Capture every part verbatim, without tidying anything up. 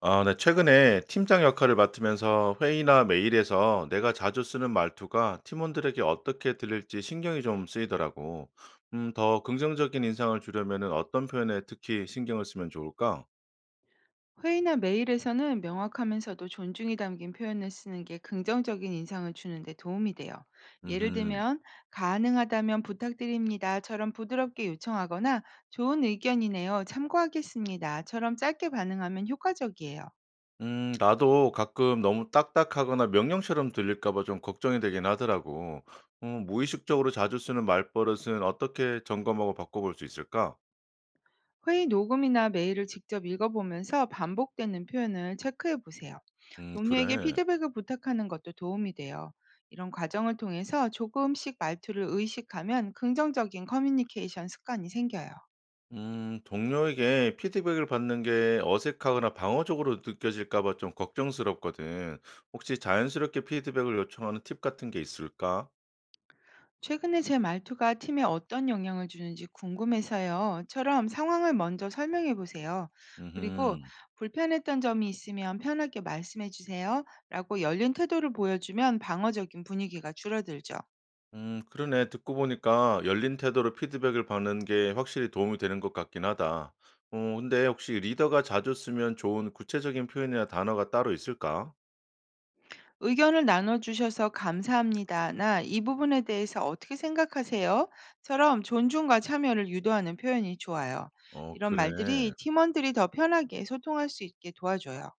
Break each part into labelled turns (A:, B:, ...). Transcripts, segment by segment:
A: 아, 네. 최근에 팀장 역할을 맡으면서 회의나 메일에서 내가 자주 쓰는 말투가 팀원들에게 어떻게 들릴지 신경이 좀 쓰이더라고. 음, 더 긍정적인 인상을 주려면은 어떤 표현에 특히 신경을 쓰면 좋을까?
B: 회의나 메일에서는 명확하면서도 존중이 담긴 표현을 쓰는 게 긍정적인 인상을 주는데 도움이 돼요. 예를
A: 음,
B: 들면, 가능하다면 부탁드립니다처럼 부드럽게 요청하거나 좋은 의견이네요. 참고하겠습니다처럼 짧게 반응하면 효과적이에요.
A: 음, 나도 가끔 너무 딱딱하거나 명령처럼 들릴까 봐 좀 걱정이 되긴 하더라고. 음, 무의식적으로 자주 쓰는 말버릇은 어떻게 점검하고 바꿔볼 수 있을까?
B: 회의 녹음이나 메일을 직접 읽어보면서 반복되는 표현을 체크해 보세요.
A: 음,
B: 동료에게
A: 그래.
B: 피드백을 부탁하는 것도 도움이 돼요. 이런 과정을 통해서 조금씩 말투를 의식하면 긍정적인 커뮤니케이션 습관이 생겨요.
A: 음, 동료에게 피드백을 받는 게 어색하거나 방어적으로 느껴질까 봐 좀 걱정스럽거든. 혹시 자연스럽게 피드백을 요청하는 팁 같은 게 있을까?
B: 최근에 제 말투가 팀에 어떤 영향을 주는지 궁금해서요.처럼 상황을 먼저 설명해 보세요. 그리고
A: 음,
B: 불편했던 점이 있으면 편하게 말씀해 주세요. 라고 열린 태도를 보여주면 방어적인 분위기가 줄어들죠.
A: 음, 그러네. 듣고 보니까 열린 태도로 피드백을 받는 게 확실히 도움이 되는 것 같긴 하다. 어, 근데 혹시 리더가 자주 쓰면 좋은 구체적인 표현이나 단어가 따로 있을까?
B: 의견을 나눠주셔서 감사합니다. 나 이 부분에 대해서 어떻게 생각하세요? 처럼 존중과 참여를 유도하는 표현이 좋아요.
A: 어,
B: 이런 말들이
A: 그래.
B: 팀원들이 더 편하게 소통할 수 있게 도와줘요.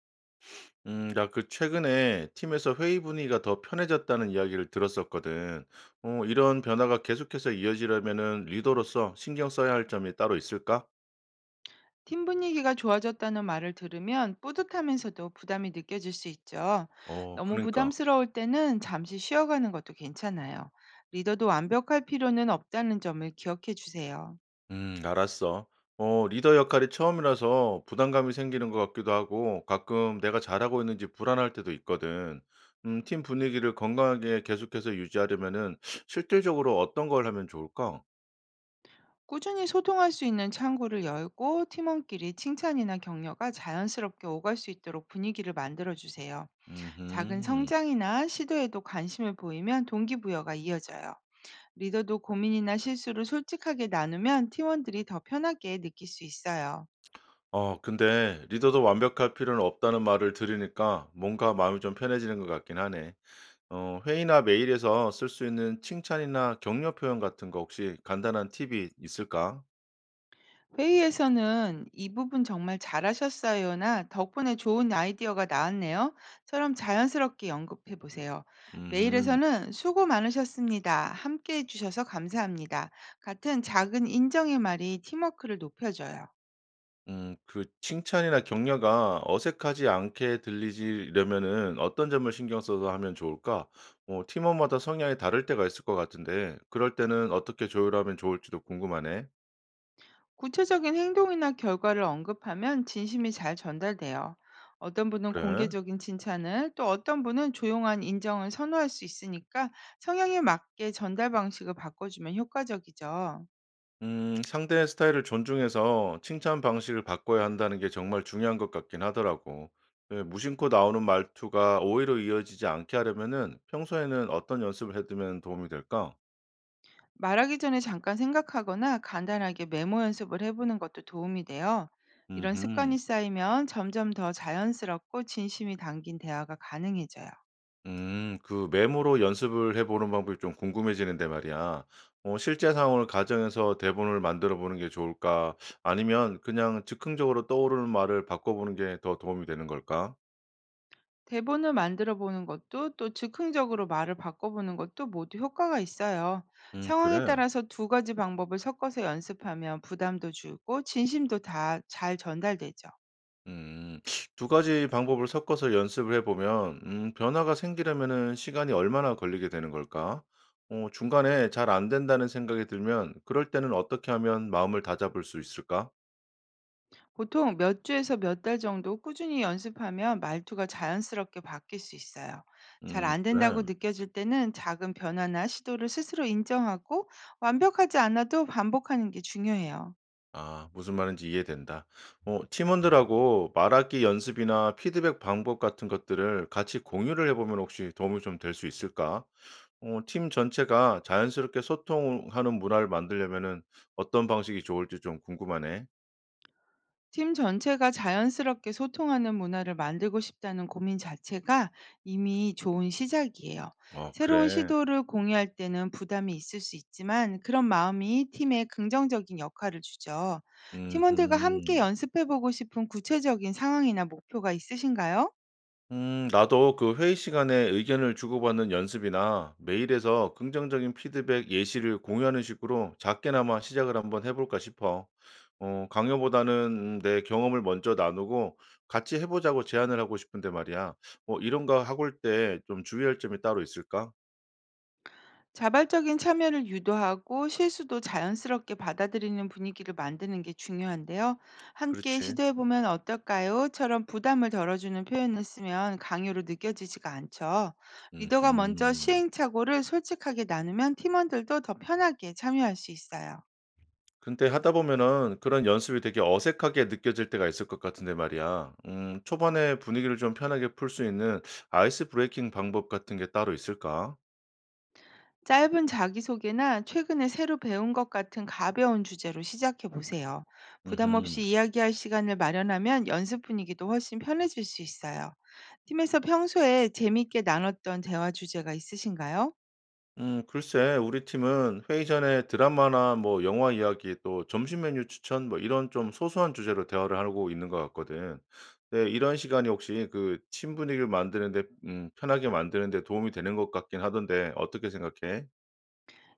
A: 음, 나 그 최근에 팀에서 회의 분위기가 더 편해졌다는 이야기를 들었었거든. 어, 이런 변화가 계속해서 이어지려면은 리더로서 신경 써야 할 점이 따로 있을까?
B: 팀 분위기가 좋아졌다는 말을 들으면 뿌듯하면서도 부담이 느껴질 수 있죠.
A: 어,
B: 너무
A: 그러니까.
B: 부담스러울 때는 잠시 쉬어가는 것도 괜찮아요. 리더도 완벽할 필요는 없다는 점을 기억해 주세요.
A: 음, 알았어. 어, 리더 역할이 처음이라서 부담감이 생기는 것 같기도 하고 가끔 내가 잘하고 있는지 불안할 때도 있거든. 음, 팀 분위기를 건강하게 계속해서 유지하려면은 실질적으로 어떤 걸 하면 좋을까?
B: 꾸준히 소통할 수 있는 창구를 열고, 팀원끼리 칭찬이나 격려가 자연스럽게 오갈 수 있도록 분위기를 만들어 주세요. 작은
A: 음.
B: 성장이나 시도에도 관심을 보이면 동기부여가 이어져요. 리더도 고민이나 실수를 솔직하게 나누면 팀원들이 더 편하게 느낄 수 있어요.
A: 어, 근데 리더도 완벽할 필요는 없다는 말을 들으니까 뭔가 마음이 좀 편해지는 것 같긴 하네. 어, 회의나 메일에서 쓸 수 있는 칭찬이나 격려 표현 같은 거 혹시 간단한 팁이 있을까?
B: 회의에서는 "이 부분 정말 잘하셨어요."나 "덕분에 좋은 아이디어가 나왔네요."처럼 자연스럽게 언급해 보세요.
A: 음,
B: 메일에서는 "수고 많으셨습니다. 함께 해 주셔서 감사합니다." 같은 작은 인정의 말이 팀워크를 높여줘요.
A: 음, 그 칭찬이나 격려가 어색하지 않게 들리려면은 어떤 점을 신경 써서 하면 좋을까? 어, 팀원마다 성향이 다를 때가 있을 것 같은데, 그럴 때는 어떻게 조율하면 좋을지도 궁금하네.
B: 구체적인 행동이나 결과를 언급하면 진심이 잘 전달돼요. 어떤 분은
A: 그래?
B: 공개적인 칭찬을, 또 어떤 분은 조용한 인정을 선호할 수 있으니까, 성향에 맞게 전달 방식을 바꿔주면 효과적이죠.
A: 음, 상대의 스타일을 존중해서 칭찬 방식을 바꿔야 한다는 게 정말 중요한 것 같긴 하더라고. 네, 무심코 나오는 말투가 오히려 이어지지 않게 하려면은 평소에는 어떤 연습을 해두면 도움이 될까?
B: 말하기 전에 잠깐 생각하거나 간단하게 메모 연습을 해보는 것도 도움이 돼요. 이런
A: 음,
B: 습관이 쌓이면 점점 더 자연스럽고 진심이 담긴 대화가 가능해져요.
A: 음, 그 메모로 연습을 해보는 방법이 좀 궁금해지는데 말이야. 어, 실제 상황을 가정해서 대본을 만들어 보는 게 좋을까? 아니면 그냥 즉흥적으로 떠오르는 말을 바꿔보는 게 더 도움이 되는 걸까?
B: 대본을 만들어 보는 것도, 또 즉흥적으로 말을 바꿔보는 것도 모두 효과가 있어요.
A: 음,
B: 상황에
A: 그래.
B: 따라서 두 가지 방법을 섞어서 연습하면 부담도 줄고 진심도 다 잘 전달되죠.
A: 음. 두 가지 방법을 섞어서 연습을 해 보면 음 변화가 생기려면은 시간이 얼마나 걸리게 되는 걸까? 어 중간에 잘 안 된다는 생각이 들면 그럴 때는 어떻게 하면 마음을 다잡을 수 있을까?
B: 보통 몇 주에서 몇 달 정도 꾸준히 연습하면 말투가 자연스럽게 바뀔 수 있어요. 잘
A: 음
B: 안
A: 그래.
B: 된다고 느껴질 때는 작은 변화나 시도를 스스로 인정하고, 완벽하지 않아도 반복하는 게 중요해요.
A: 아 무슨 말인지 이해된다. 어 팀원들하고 말하기 연습이나 피드백 방법 같은 것들을 같이 공유를 해 보면 혹시 도움이 좀 될 수 있을까? 어 팀 전체가 자연스럽게 소통하는 문화를 만들려면은 어떤 방식이 좋을지 좀 궁금하네.
B: 팀 전체가 자연스럽게 소통하는 문화를 만들고 싶다는 고민 자체가 이미 좋은 시작이에요.
A: 아
B: 새로운
A: 그래.
B: 시도를 공유할 때는 부담이 있을 수 있지만, 그런 마음이 팀에 긍정적인 역할을 주죠. 팀원들과 함께
A: 음
B: 연습해보고 싶은 구체적인 상황이나 목표가 있으신가요?
A: 음 나도 그 회의 시간에 의견을 주고받는 연습이나 메일에서 긍정적인 피드백 예시를 공유하는 식으로 작게나마 시작을 한번 해 볼까 싶어. 어 강요보다는 음 내 경험을 먼저 나누고 같이 해 보자고 제안을 하고 싶은데 말이야. 어 이런 거 하고 올 때 좀 주의할 점이 따로 있을까?
B: 자발적인 참여를 유도하고 실수도 자연스럽게 받아들이는 분위기를 만드는 게 중요한데요. 함께
A: 그렇지.
B: 시도해보면 어떨까요?처럼 부담을 덜어주는 표현을 쓰면 강요로 느껴지지가 않죠. 리더가 먼저
A: 음
B: 시행착오를 솔직하게 나누면 팀원들도 더 편하게 참여할 수 있어요.
A: 근데 하다 보면은 그런 연습이 되게 어색하게 느껴질 때가 있을 것 같은데 말이야. 음, 초반에 분위기를 좀 편하게 풀 수 있는 아이스 브레이킹 방법 같은 게 따로 있을까?
B: 짧은 자기소개나 최근에 새로 배운 것 같은 가벼운 주제로 시작해 보세요. 부담 없이
A: 음흠.
B: 이야기할 시간을 마련하면 연습 분위기도 훨씬 편해질 수 있어요. 팀에서 평소에 재밌게 나눴던 대화 주제가 있으신가요?
A: 음, 글쎄, 우리 팀은 회의 전에 드라마나 뭐 영화 이야기 또 점심 메뉴 추천 뭐 이런 좀 소소한 주제로 대화를 하고 있는 것 같거든. 네, 이런 시간이 혹시 그 팀 분위기를 만드는데, 음, 편하게 만드는데 도움이 되는 것 같긴 하던데 어떻게 생각해?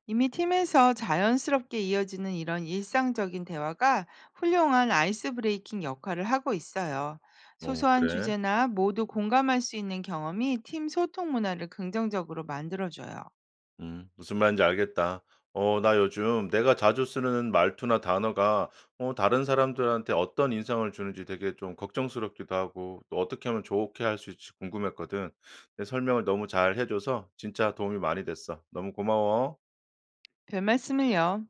B: 이미 팀에서 자연스럽게 이어지는 이런 일상적인 대화가 훌륭한 아이스 브레이킹 역할을 하고 있어요.
A: 어,
B: 소소한
A: 그래.
B: 주제나 모두 공감할 수 있는 경험이 팀 소통 문화를 긍정적으로 만들어줘요.
A: 음, 무슨 말인지 알겠다. 어, 나 요즘 내가 자주 쓰는 말투나 단어가 어, 다른 사람들한테 어떤 인상을 주는지 되게 좀 걱정스럽기도 하고 또 어떻게 하면 좋게 할 수 있을지 궁금했거든. 내 설명을 너무 잘 해줘서 진짜 도움이 많이 됐어. 너무 고마워.
B: 별 말씀을요.